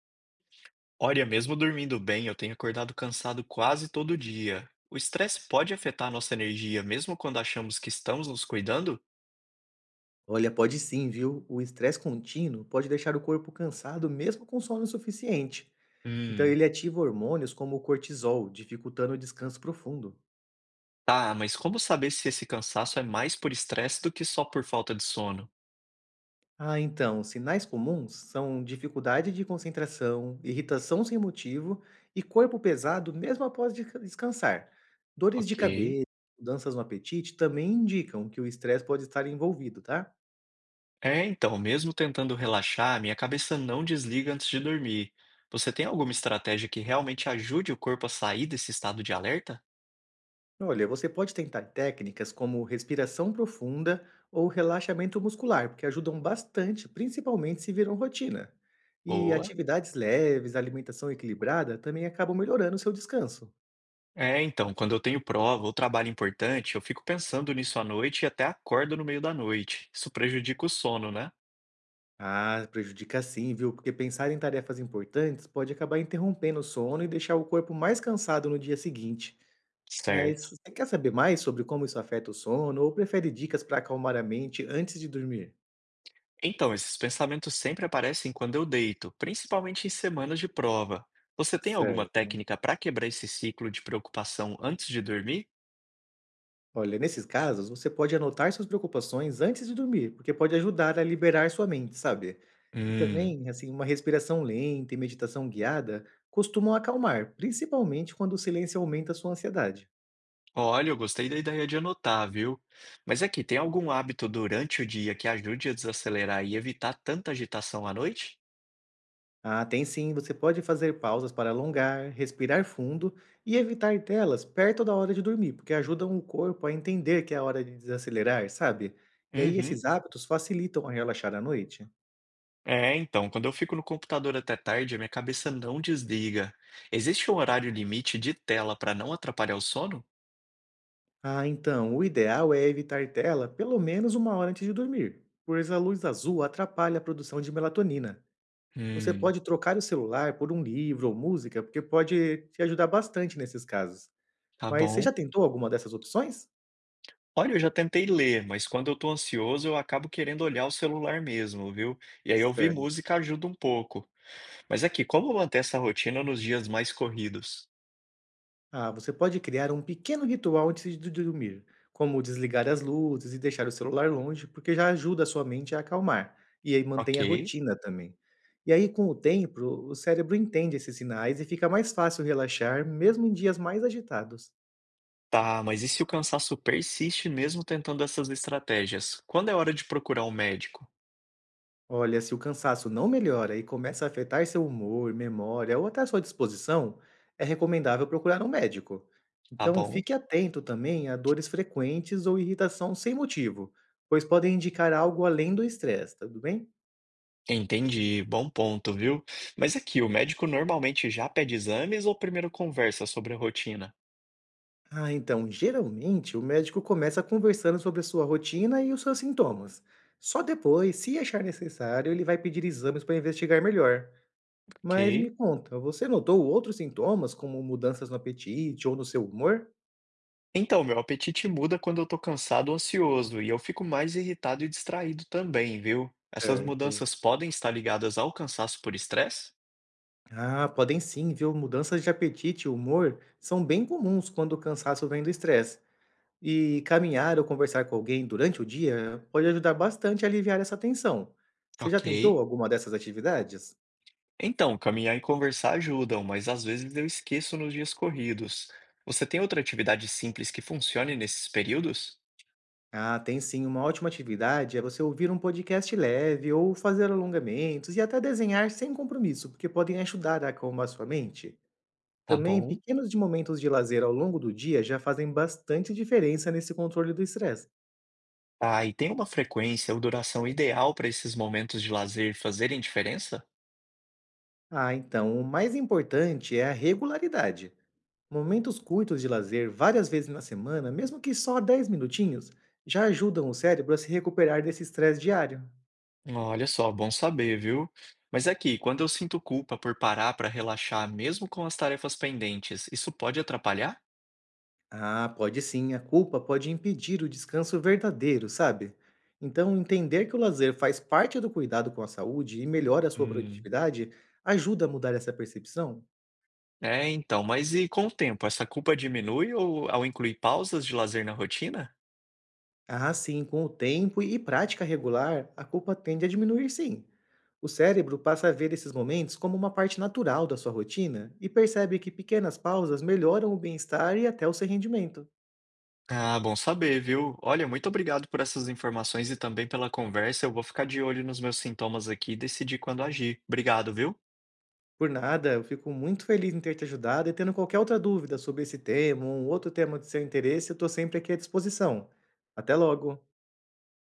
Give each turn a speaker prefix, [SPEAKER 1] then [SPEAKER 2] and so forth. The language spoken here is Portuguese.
[SPEAKER 1] Olha, mesmo dormindo bem, eu tenho acordado cansado quase todo dia. O estresse pode afetar a nossa energia, mesmo quando achamos que estamos nos cuidando?
[SPEAKER 2] Olha, pode sim, viu? O estresse contínuo pode deixar o corpo cansado mesmo com sono suficiente. Então,
[SPEAKER 1] Hum,
[SPEAKER 2] ele ativa hormônios como o cortisol, dificultando o descanso profundo.
[SPEAKER 1] tá, mas como saber se esse cansaço é mais por estresse do que só por falta de sono?
[SPEAKER 2] Ah, então, sinais comuns são dificuldade de concentração, irritação sem motivo e corpo pesado mesmo após descansar. Dores de
[SPEAKER 1] Ok.
[SPEAKER 2] cabeça, mudanças no apetite também indicam que o estresse pode estar envolvido, tá?
[SPEAKER 1] É, então, mesmo tentando relaxar, minha cabeça não desliga antes de dormir. Você tem alguma estratégia que realmente ajude o corpo a sair desse estado de alerta?
[SPEAKER 2] Olha, você pode tentar técnicas como respiração profunda ou relaxamento muscular, porque ajudam bastante, principalmente se viram rotina. E
[SPEAKER 1] Boa.
[SPEAKER 2] atividades leves, alimentação equilibrada também acabam melhorando o seu descanso.
[SPEAKER 1] É, então, quando eu tenho prova ou trabalho importante, eu fico pensando nisso à noite e até acordo no meio da noite. Isso prejudica o sono, né?
[SPEAKER 2] Ah, prejudica sim, viu? Porque pensar em tarefas importantes pode acabar interrompendo o sono e deixar o corpo mais cansado no dia seguinte. Mas
[SPEAKER 1] Certo.
[SPEAKER 2] você quer saber mais sobre como isso afeta o sono ou prefere dicas para acalmar a mente antes de dormir?
[SPEAKER 1] Então, esses pensamentos sempre aparecem quando eu deito, principalmente em semanas de prova. Você tem alguma
[SPEAKER 2] Certo.
[SPEAKER 1] técnica para quebrar esse ciclo de preocupação antes de dormir?
[SPEAKER 2] Olha, nesses casos, você pode anotar suas preocupações antes de dormir, porque pode ajudar a liberar sua mente, sabe? E
[SPEAKER 1] Hum,
[SPEAKER 2] também, assim, uma respiração lenta e meditação guiada costumam acalmar, principalmente quando o silêncio aumenta a sua ansiedade.
[SPEAKER 1] olha, eu gostei da ideia de anotar, viu? Mas é que tem algum hábito durante o dia que ajude a desacelerar e evitar tanta agitação à noite?
[SPEAKER 2] Ah, tem sim, você pode fazer pausas para alongar, respirar fundo e evitar telas perto da hora de dormir, porque ajudam o corpo a entender que é a hora de desacelerar, sabe? E aí
[SPEAKER 1] Uhum.
[SPEAKER 2] esses hábitos facilitam a relaxar à noite.
[SPEAKER 1] É, então, quando eu fico no computador até tarde, a minha cabeça não desliga. Existe um horário limite de tela para não atrapalhar o sono?
[SPEAKER 2] Ah, então, o ideal é evitar tela pelo menos uma hora antes de dormir, pois a luz azul atrapalha a produção de melatonina. Você
[SPEAKER 1] Hum,
[SPEAKER 2] pode trocar o celular por um livro ou música, porque pode te ajudar bastante nesses casos.
[SPEAKER 1] tá
[SPEAKER 2] Mas você
[SPEAKER 1] bom.
[SPEAKER 2] já tentou alguma dessas opções?
[SPEAKER 1] Olha, eu já tentei ler, mas quando eu tô ansioso, eu acabo querendo olhar o celular mesmo, viu? E aí ouvir
[SPEAKER 2] Certo.
[SPEAKER 1] música ajuda um pouco. Mas aqui, como manter essa rotina nos dias mais corridos?
[SPEAKER 2] Ah, você pode criar um pequeno ritual antes de dormir, como desligar as luzes e deixar o celular longe, porque já ajuda a sua mente a acalmar, e aí mantém
[SPEAKER 1] Ok.
[SPEAKER 2] a rotina também. E aí, com o tempo, o cérebro entende esses sinais e fica mais fácil relaxar, mesmo em dias mais agitados.
[SPEAKER 1] Tá, mas e se o cansaço persiste mesmo tentando essas estratégias? Quando é hora de procurar um médico?
[SPEAKER 2] Olha, se o cansaço não melhora e começa a afetar seu humor, memória ou até sua disposição, é recomendável procurar um médico.
[SPEAKER 1] Tá
[SPEAKER 2] Então,
[SPEAKER 1] bom.
[SPEAKER 2] fique atento também a dores frequentes ou irritação sem motivo, pois podem indicar algo além do estresse, tá tudo bem?
[SPEAKER 1] Entendi, bom ponto, viu? Mas aqui, o médico normalmente já pede exames ou primeiro conversa sobre a rotina?
[SPEAKER 2] Ah, então, geralmente o médico começa conversando sobre a sua rotina e os seus sintomas. Só depois, se achar necessário, ele vai pedir exames para investigar melhor. Mas me
[SPEAKER 1] Ok.
[SPEAKER 2] conta, você notou outros sintomas, como mudanças no apetite ou no seu humor?
[SPEAKER 1] Então, meu apetite muda quando eu tô cansado ou ansioso, e eu fico mais irritado e distraído também, viu? Essas
[SPEAKER 2] Certo.
[SPEAKER 1] mudanças podem estar ligadas ao cansaço por estresse?
[SPEAKER 2] Ah, podem sim, viu? Mudanças de apetite e humor são bem comuns quando o cansaço vem do estresse. E caminhar ou conversar com alguém durante o dia pode ajudar bastante a aliviar essa tensão. Você já
[SPEAKER 1] Ok.
[SPEAKER 2] tentou alguma dessas atividades?
[SPEAKER 1] Então, caminhar e conversar ajudam, mas às vezes eu esqueço nos dias corridos. Você tem outra atividade simples que funcione nesses períodos?
[SPEAKER 2] Ah, tem sim. Uma ótima atividade é você ouvir um podcast leve ou fazer alongamentos e até desenhar sem compromisso, porque podem ajudar a acalmar sua mente.
[SPEAKER 1] Tá
[SPEAKER 2] Também,
[SPEAKER 1] bom.
[SPEAKER 2] pequenos de momentos de lazer ao longo do dia já fazem bastante diferença nesse controle do estresse.
[SPEAKER 1] Ah, e tem uma frequência ou duração ideal para esses momentos de lazer fazerem diferença?
[SPEAKER 2] Ah, então, o mais importante é a regularidade. Momentos curtos de lazer várias vezes na semana, mesmo que só 10 minutinhos, já ajudam o cérebro a se recuperar desse estresse diário.
[SPEAKER 1] Olha só, bom saber, viu? Mas aqui, quando eu sinto culpa por parar para relaxar, mesmo com as tarefas pendentes, isso pode atrapalhar?
[SPEAKER 2] Ah, pode sim, a culpa pode impedir o descanso verdadeiro, sabe? Então, entender que o lazer faz parte do cuidado com a saúde e melhora a sua
[SPEAKER 1] Hum,
[SPEAKER 2] produtividade ajuda a mudar essa percepção.
[SPEAKER 1] É, então, mas e com o tempo, essa culpa diminui ou ao incluir pausas de lazer na rotina?
[SPEAKER 2] Ah, sim, com o tempo e prática regular, a culpa tende a diminuir sim. O cérebro passa a ver esses momentos como uma parte natural da sua rotina e percebe que pequenas pausas melhoram o bem-estar e até o seu rendimento.
[SPEAKER 1] Ah, bom saber, viu? Olha, muito obrigado por essas informações e também pela conversa. Eu vou ficar de olho nos meus sintomas aqui e decidir quando agir. Obrigado, viu?
[SPEAKER 2] Por nada, eu fico muito feliz em ter te ajudado e tendo qualquer outra dúvida sobre esse tema ou um outro tema de seu interesse, eu estou sempre aqui à disposição. Até logo!